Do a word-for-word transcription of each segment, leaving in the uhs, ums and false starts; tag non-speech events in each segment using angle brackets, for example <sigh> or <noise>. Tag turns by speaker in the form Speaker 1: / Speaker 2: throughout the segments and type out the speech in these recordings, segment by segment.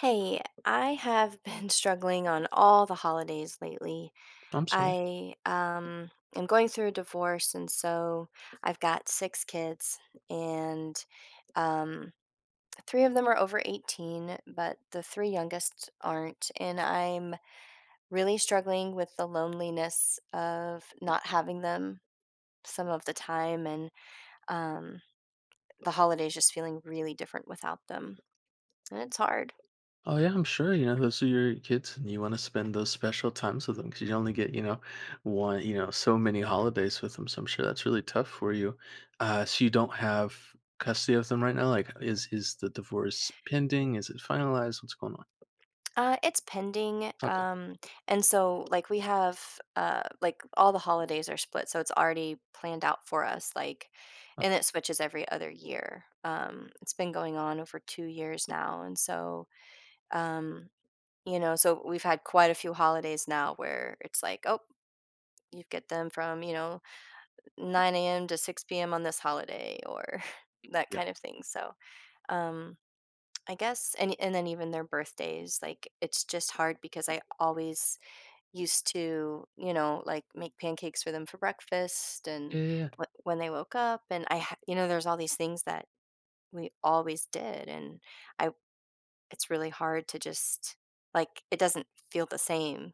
Speaker 1: Hey, I have been <laughs> struggling on all the holidays lately.
Speaker 2: I'm sorry.
Speaker 1: I um am going through a divorce, and so I've got six kids and um three of them are over eighteen, but the three youngest aren't, and I'm really struggling with the loneliness of not having them some of the time and um the holidays just feeling really different without them. And it's hard.
Speaker 2: Oh yeah, I'm sure. You know, those are your kids, and you want to spend those special times with them because you only get, you know, one, you know, so many holidays with them. So I'm sure that's really tough for you. Uh, so you don't have custody of them right now. Like, is is the divorce pending? Is it finalized? What's going on?
Speaker 1: Uh, it's pending.
Speaker 2: Okay.
Speaker 1: Um, and so, like, we have uh like all the holidays are split, so it's already planned out for us, like,
Speaker 2: Okay.
Speaker 1: and it switches every other year. Um, it's been going on over two years now, and so um, you know, so we've had quite a few holidays now where it's like, oh, you get them from, you know, nine a m to six p m on this holiday or <laughs> that
Speaker 2: Yeah.
Speaker 1: kind of thing. So, um, I guess, and, and then even their birthdays, like it's just hard because I always used to, you know, like make pancakes for them for breakfast and
Speaker 2: Yeah. Yeah.
Speaker 1: wh- when they woke up. And I, ha- you know, there's all these things that we always did. And I it's really hard to just like it doesn't feel the same,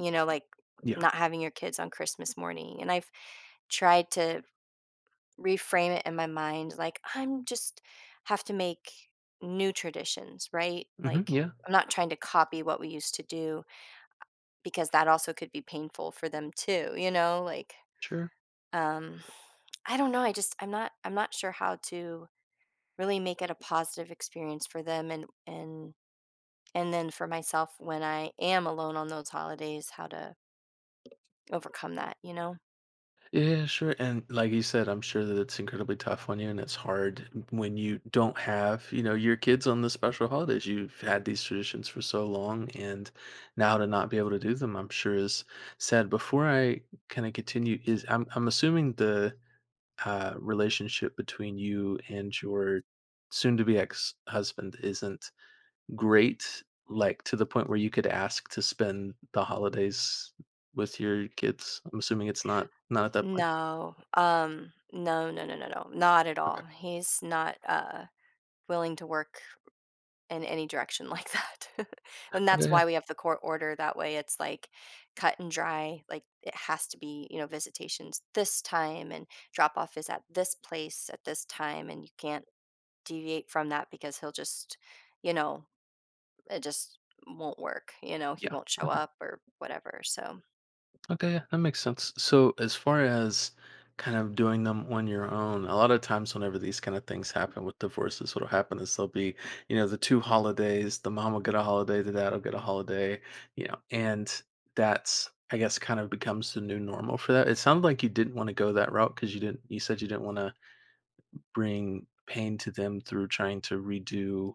Speaker 1: you know, like
Speaker 2: Yeah.
Speaker 1: not having your kids on Christmas morning. And I've tried to reframe it in my mind like I'm just have to make new traditions, right?
Speaker 2: Hmm, yeah.
Speaker 1: Like
Speaker 2: Mhm, yeah.
Speaker 1: I'm not trying to copy what we used to do because that also could be painful for them too, you know, like
Speaker 2: Sure.
Speaker 1: um I don't know, I just I'm not I'm not sure how to really make it a positive experience for them. And and And then for myself, when I am alone on those holidays, how to overcome that, you know?
Speaker 2: Yeah, sure. And like you said, I'm sure that it's incredibly tough on you, and it's hard when you don't have, you know, your kids on the special holidays. You've had these traditions for so long, and now to not be able to do them, I'm sure is sad. Before I kind of continue, is I'm I'm assuming the uh relationship between you and your soon to be ex-husband isn't great, like to the point where you could ask to spend the holidays with your kids. I'm assuming it's not not at that point.
Speaker 1: No. Um, no, no, no, no, no. Not at
Speaker 2: Okay.
Speaker 1: all. He's not uh willing to work in any direction like that. <laughs> And
Speaker 2: Okay,
Speaker 1: that's
Speaker 2: yeah. Yeah.
Speaker 1: why we have the court order. That way it's like cut and dry. Like it has to be, you know, visitations this time and drop off is at this place at this time, and you can't deviate from that because he'll just, you know, it just won't work. You know, he
Speaker 2: Yeah.
Speaker 1: won't show
Speaker 2: Okay.
Speaker 1: up or whatever. So,
Speaker 2: Okay, yeah, that makes sense. So as far as kind of doing them on your own, a lot of times whenever these kind of things happen with divorces, what'll happen is there'll be, you know, the two holidays, the mom will get a holiday, the dad will get a holiday, you know, and that's, I guess, kind of becomes the new normal for that. It sounded like you didn't want to go that route because you didn't you said you didn't want to bring pain to them through trying to redo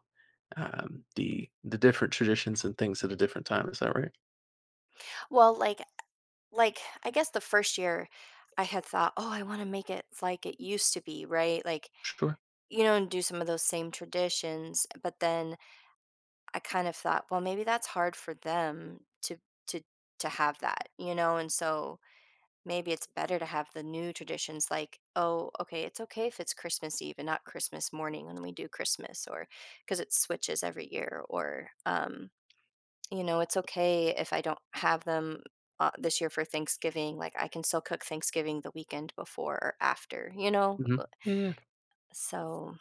Speaker 2: um the the different traditions and things at a different time. Is that right?
Speaker 1: well, like, like I guess the first year, I had thought, oh, I want to make it like it used to be, right? Like,
Speaker 2: Sure.
Speaker 1: you know, and do some of those same traditions. But then I kind of thought, well, maybe that's hard for them to to to have that, you know, and so maybe it's better to have the new traditions, like, oh, okay, it's okay if it's Christmas Eve and not Christmas morning when we do Christmas, or because it switches every year, or, um, you know, it's okay if I don't have them uh, this year for Thanksgiving. Like, I can still cook Thanksgiving the weekend before or after, you know? Uh,
Speaker 2: Hmm. Yeah, yeah.
Speaker 1: So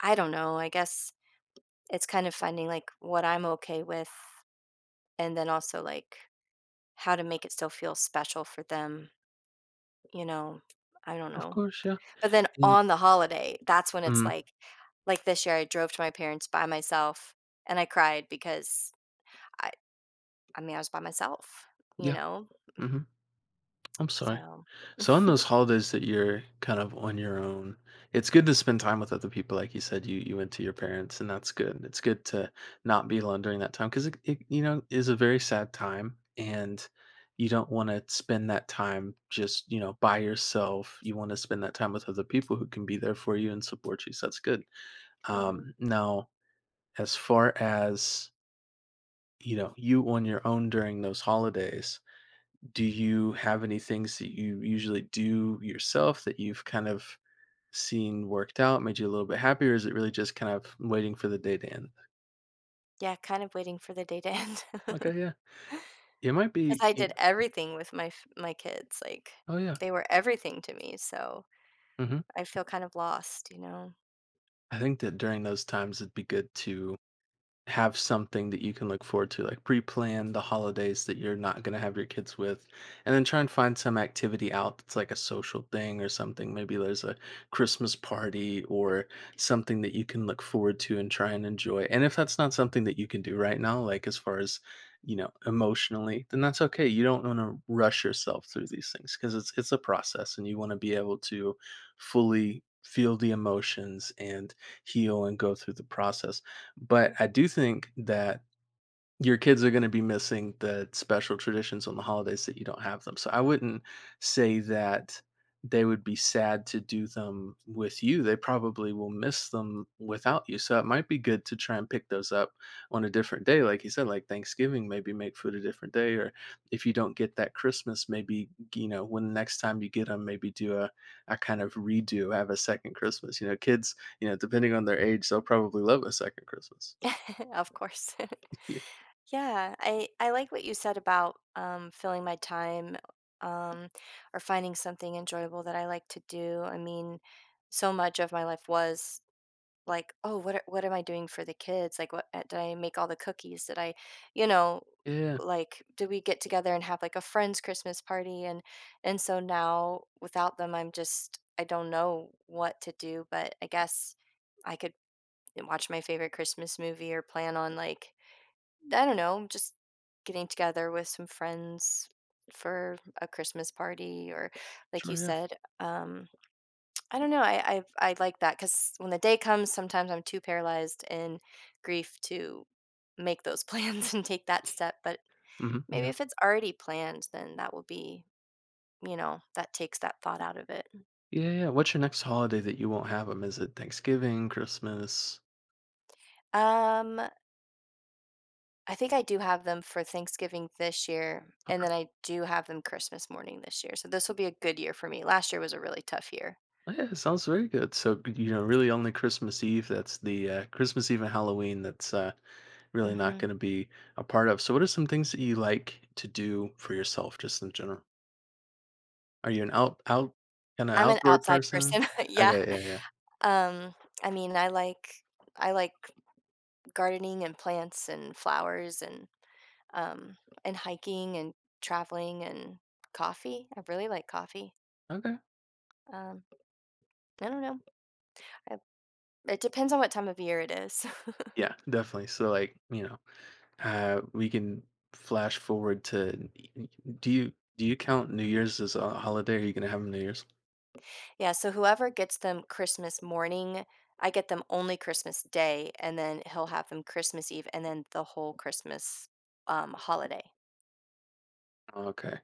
Speaker 1: I don't know. I guess it's kind of finding like what I'm okay with, and then also like how to make it still feel special for them, you know? I don't
Speaker 2: Of
Speaker 1: know.
Speaker 2: course, yeah.
Speaker 1: But then
Speaker 2: And
Speaker 1: on the holiday, that's when it's
Speaker 2: mm,
Speaker 1: like like this year, I drove to my parents by myself and I cried because I I mean, I was by myself, you
Speaker 2: yeah.
Speaker 1: know?
Speaker 2: Hmm. I'm sorry.
Speaker 1: So
Speaker 2: So on those
Speaker 1: <laughs>
Speaker 2: holidays that you're kind of on your own, it's good to spend time with other people. Like you said, you you went to your parents, and that's good. It's good to not be alone during that time, because it, it you know is a very sad time, and you don't want to spend that time just, you know, by yourself. You want to spend that time with other people who can be there for you and support you. So that's good.
Speaker 1: Mhm.
Speaker 2: Um, now, as far as, you know, you on your own during those holidays, do you have any things that you usually do yourself that you've kind of seen worked out, made you a little bit happier? Or is it really just kind of waiting for the day to end?
Speaker 1: Yeah, kind of waiting for the day to end <laughs> because
Speaker 2: Okay, yeah. It might be,
Speaker 1: I
Speaker 2: y-
Speaker 1: did everything with my f my kids, like,
Speaker 2: oh, yeah.
Speaker 1: they were everything to me, so
Speaker 2: Hmm.
Speaker 1: I feel kind of lost, you know.
Speaker 2: I think that during those times, it'd be good to have something that you can look forward to, like pre-plan the holidays that you're not going to have your kids with, and then try and find some activity out that's like a social thing or something. Maybe there's a Christmas party or something that you can look forward to and try and enjoy. And if that's not something that you can do right now, like as far as, you know, emotionally, then that's okay. You don't want to rush yourself through these things because it's it's a process, and you want to be able to fully feel the emotions and heal and go through the process, but I do think that your kids are gonna be missing the special traditions on the holidays that you don't have them. So I wouldn't say that they would be sad to do them with you. They probably will miss them without you. So it might be good to try and pick those up on a different day. Like you said, like Thanksgiving, maybe make food a different day. Or if you don't get that Christmas, maybe, you know, when the next time you get them, maybe do a, a kind of redo, have a second Christmas. You know, kids, you know, depending on their age, they'll probably love a second Christmas.
Speaker 1: <laughs> Of course. <laughs>
Speaker 2: Ye
Speaker 1: Yeah, I I like what you said about, um, filling my time, um, or finding something enjoyable that I like to do. I mean, so much of my life was like, "Oh, what a what am I doing for the kids? Like, what uh, did I make all the cookies? Did I," you know,
Speaker 2: yeah.
Speaker 1: like, "Did we get together and have, like, a friend's Christmas party?" And and so now without them, I'm just I don't know what to do, but I guess I could and watch my favorite Christmas movie or plan on like I don't know, just getting together with some friends for a Christmas party or like
Speaker 2: Sure,
Speaker 1: you
Speaker 2: yeah.
Speaker 1: said, um I don't know, I I I like that cuz when the day comes sometimes I'm too paralyzed in grief to make those <laughs> plans and take that step, but
Speaker 2: Mhm.
Speaker 1: maybe
Speaker 2: Yeah.
Speaker 1: if it's already planned then that will be, you know, that takes that thought out of it.
Speaker 2: Yeah, yeah. What's your next holiday that you won't have have them? Is it Thanksgiving, Christmas?
Speaker 1: Um I think I do have them for Thanksgiving this year, and
Speaker 2: Okay.
Speaker 1: then I do have them Christmas morning this year, so this will be a good year for me. Last year was a really tough year.
Speaker 2: Oh, yeah, sounds very good. So, you know, really only Christmas Eve, that's the, uh Christmas Eve and Halloween that's, uh, really not
Speaker 1: Mhm.
Speaker 2: gonna be a part of. So what are some things that you like to do for yourself just in general? Are you an out out kinda
Speaker 1: I'm an
Speaker 2: outdoor
Speaker 1: outside
Speaker 2: person?
Speaker 1: person. <laughs> Yeah.
Speaker 2: Okay, yeah, yeah.
Speaker 1: Um, I mean, I like I like gardening and plants and flowers, and, um, and hiking and traveling and coffee. I really like coffee.
Speaker 2: Okay.
Speaker 1: Um, I don't know. I It depends on what time of year it is. <laughs>
Speaker 2: Yeah, definitely. So, like, you know, Uh, we can flash forward to, do you do you count New Year's as a holiday? Are you gonna have New Year's?
Speaker 1: Yeah, so whoever gets them Christmas morning, I get them only Christmas Day, and then he'll have them Christmas Eve, and then the whole Christmas, um, holiday.
Speaker 2: Okay,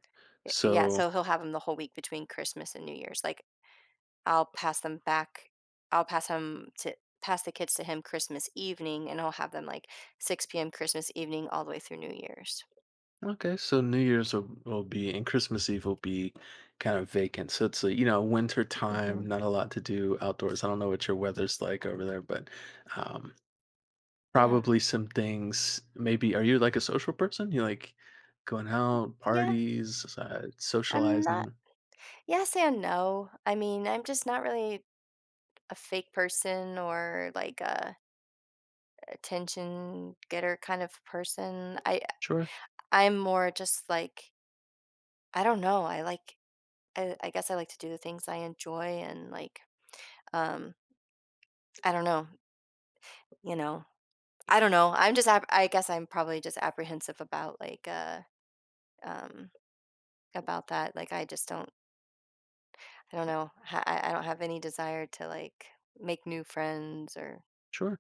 Speaker 1: Y Yeah,
Speaker 2: so
Speaker 1: so he'll have have them the whole week between Christmas and New Year's, like, I'll pass them back I'll pass him to pass the kids to him Christmas evening, and he'll have them, like, six p m Christmas evening all the way through New Year's.
Speaker 2: okay, so New Year's will, will be and Christmas Eve will be kind of vacant. So it's a, you know, winter time,
Speaker 1: Mhm,
Speaker 2: not a lot to do outdoors. I don't know what your weather's like over there, but um,
Speaker 1: yeah.
Speaker 2: probably some things. Maybe are you like a social person? You like going out,
Speaker 1: Yeah,
Speaker 2: parties, uh,
Speaker 1: I'm not
Speaker 2: socializing?
Speaker 1: yes and no. I mean, I'm just not really a fake person or, like, a attention getter kind of person. I
Speaker 2: Sure,
Speaker 1: I'm more just like I don't know. I like I, I guess I like to do the things I enjoy and like um I don't know, you know. I don't know. I'm just app- I guess I'm probably just apprehensive about like uh um about that. Like I just don't I don't know. Ha- I I don't have any desire to like make new friends or
Speaker 2: sure.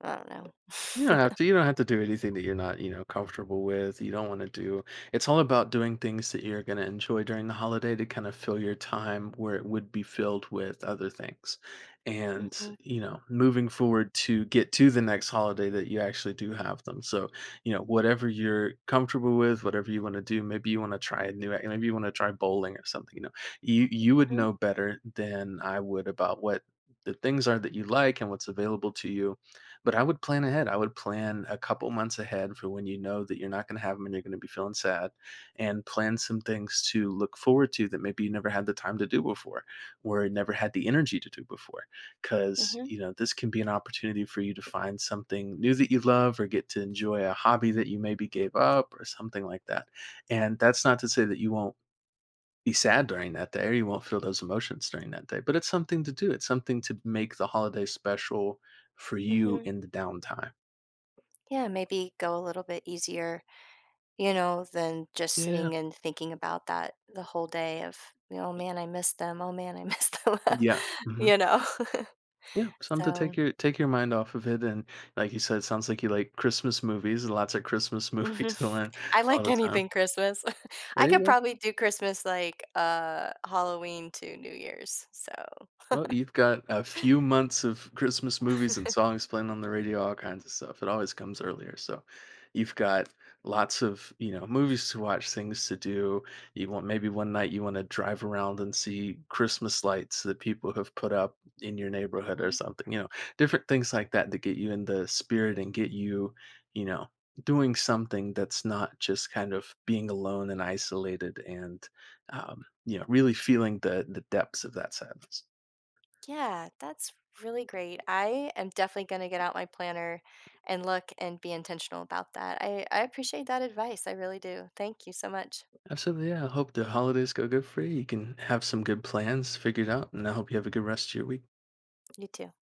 Speaker 1: I don't know.
Speaker 2: You don't have to. You don't have to do anything that you're not, you know, comfortable with. You don't want to do. It's all about doing things that you're going to enjoy during the holiday to kind of fill your time where it would be filled with other things. And,
Speaker 1: Mhm.
Speaker 2: you know, moving forward to get to the next holiday that you actually do have them. So, you know, whatever you're comfortable with, whatever you want to do, maybe you want to try a new, ac- maybe you want to try bowling or something, you know, you, you would
Speaker 1: Mhm.
Speaker 2: know better than I would about what the things are that you like and what's available to you, but I would plan ahead. I would plan a couple months ahead for when you know that you're not going to have them and you're going to be feeling sad, and plan some things to look forward to that maybe you never had the time to do before, or never had the energy to do before. Because,
Speaker 1: Mhm.
Speaker 2: you know, this can be an opportunity for you to find something new that you love or get to enjoy a hobby that you maybe gave up or something like that. And that's not to say that you won't be sad during that day or you won't feel those emotions during that day. But it's something to do. It's something to make the holiday special for you
Speaker 1: Mhm.
Speaker 2: in the downtime.
Speaker 1: Yeah, maybe go a little bit easier, you know, than just
Speaker 2: Yeah.
Speaker 1: sitting and thinking about that the whole day of, "Oh man, I miss them. Oh man, I miss them."
Speaker 2: Yeah.
Speaker 1: <laughs>
Speaker 2: Mhm.
Speaker 1: You know? <laughs>
Speaker 2: Yeah. Something to
Speaker 1: So
Speaker 2: take your take your mind off of it. And like you said, it sounds like you like Christmas movies. Lots of Christmas
Speaker 1: mhm.
Speaker 2: movies <laughs> on
Speaker 1: I
Speaker 2: all
Speaker 1: like
Speaker 2: the time.
Speaker 1: anything Christmas. <laughs>
Speaker 2: There
Speaker 1: I
Speaker 2: you
Speaker 1: could
Speaker 2: go.
Speaker 1: probably do Christmas, like, uh, Halloween to New Year's, so
Speaker 2: Well, you've got a few months of Christmas movies. Mm. And songs playing on the radio, all kinds of stuff. It always comes earlier. So you've got lots of, you know, movies to watch, things to do. You want, maybe one night you want to drive around and see Christmas lights that people have put up in your neighborhood or
Speaker 1: Mhm.
Speaker 2: something, you know, different things like that to get you in the spirit and get you, you know, doing something that's not just kind of being alone and isolated and um, you know, really feeling the the depths of that sadness.
Speaker 1: Yeah, that's really great. I am definitely going to get out my planner and look and be intentional about that. I, I appreciate that advice. I really do. Thank you so much.
Speaker 2: Absolutely, yeah. I hope the holidays go good for you. You can have some good plans figured out, and I hope you have a good rest of your week.
Speaker 1: You too.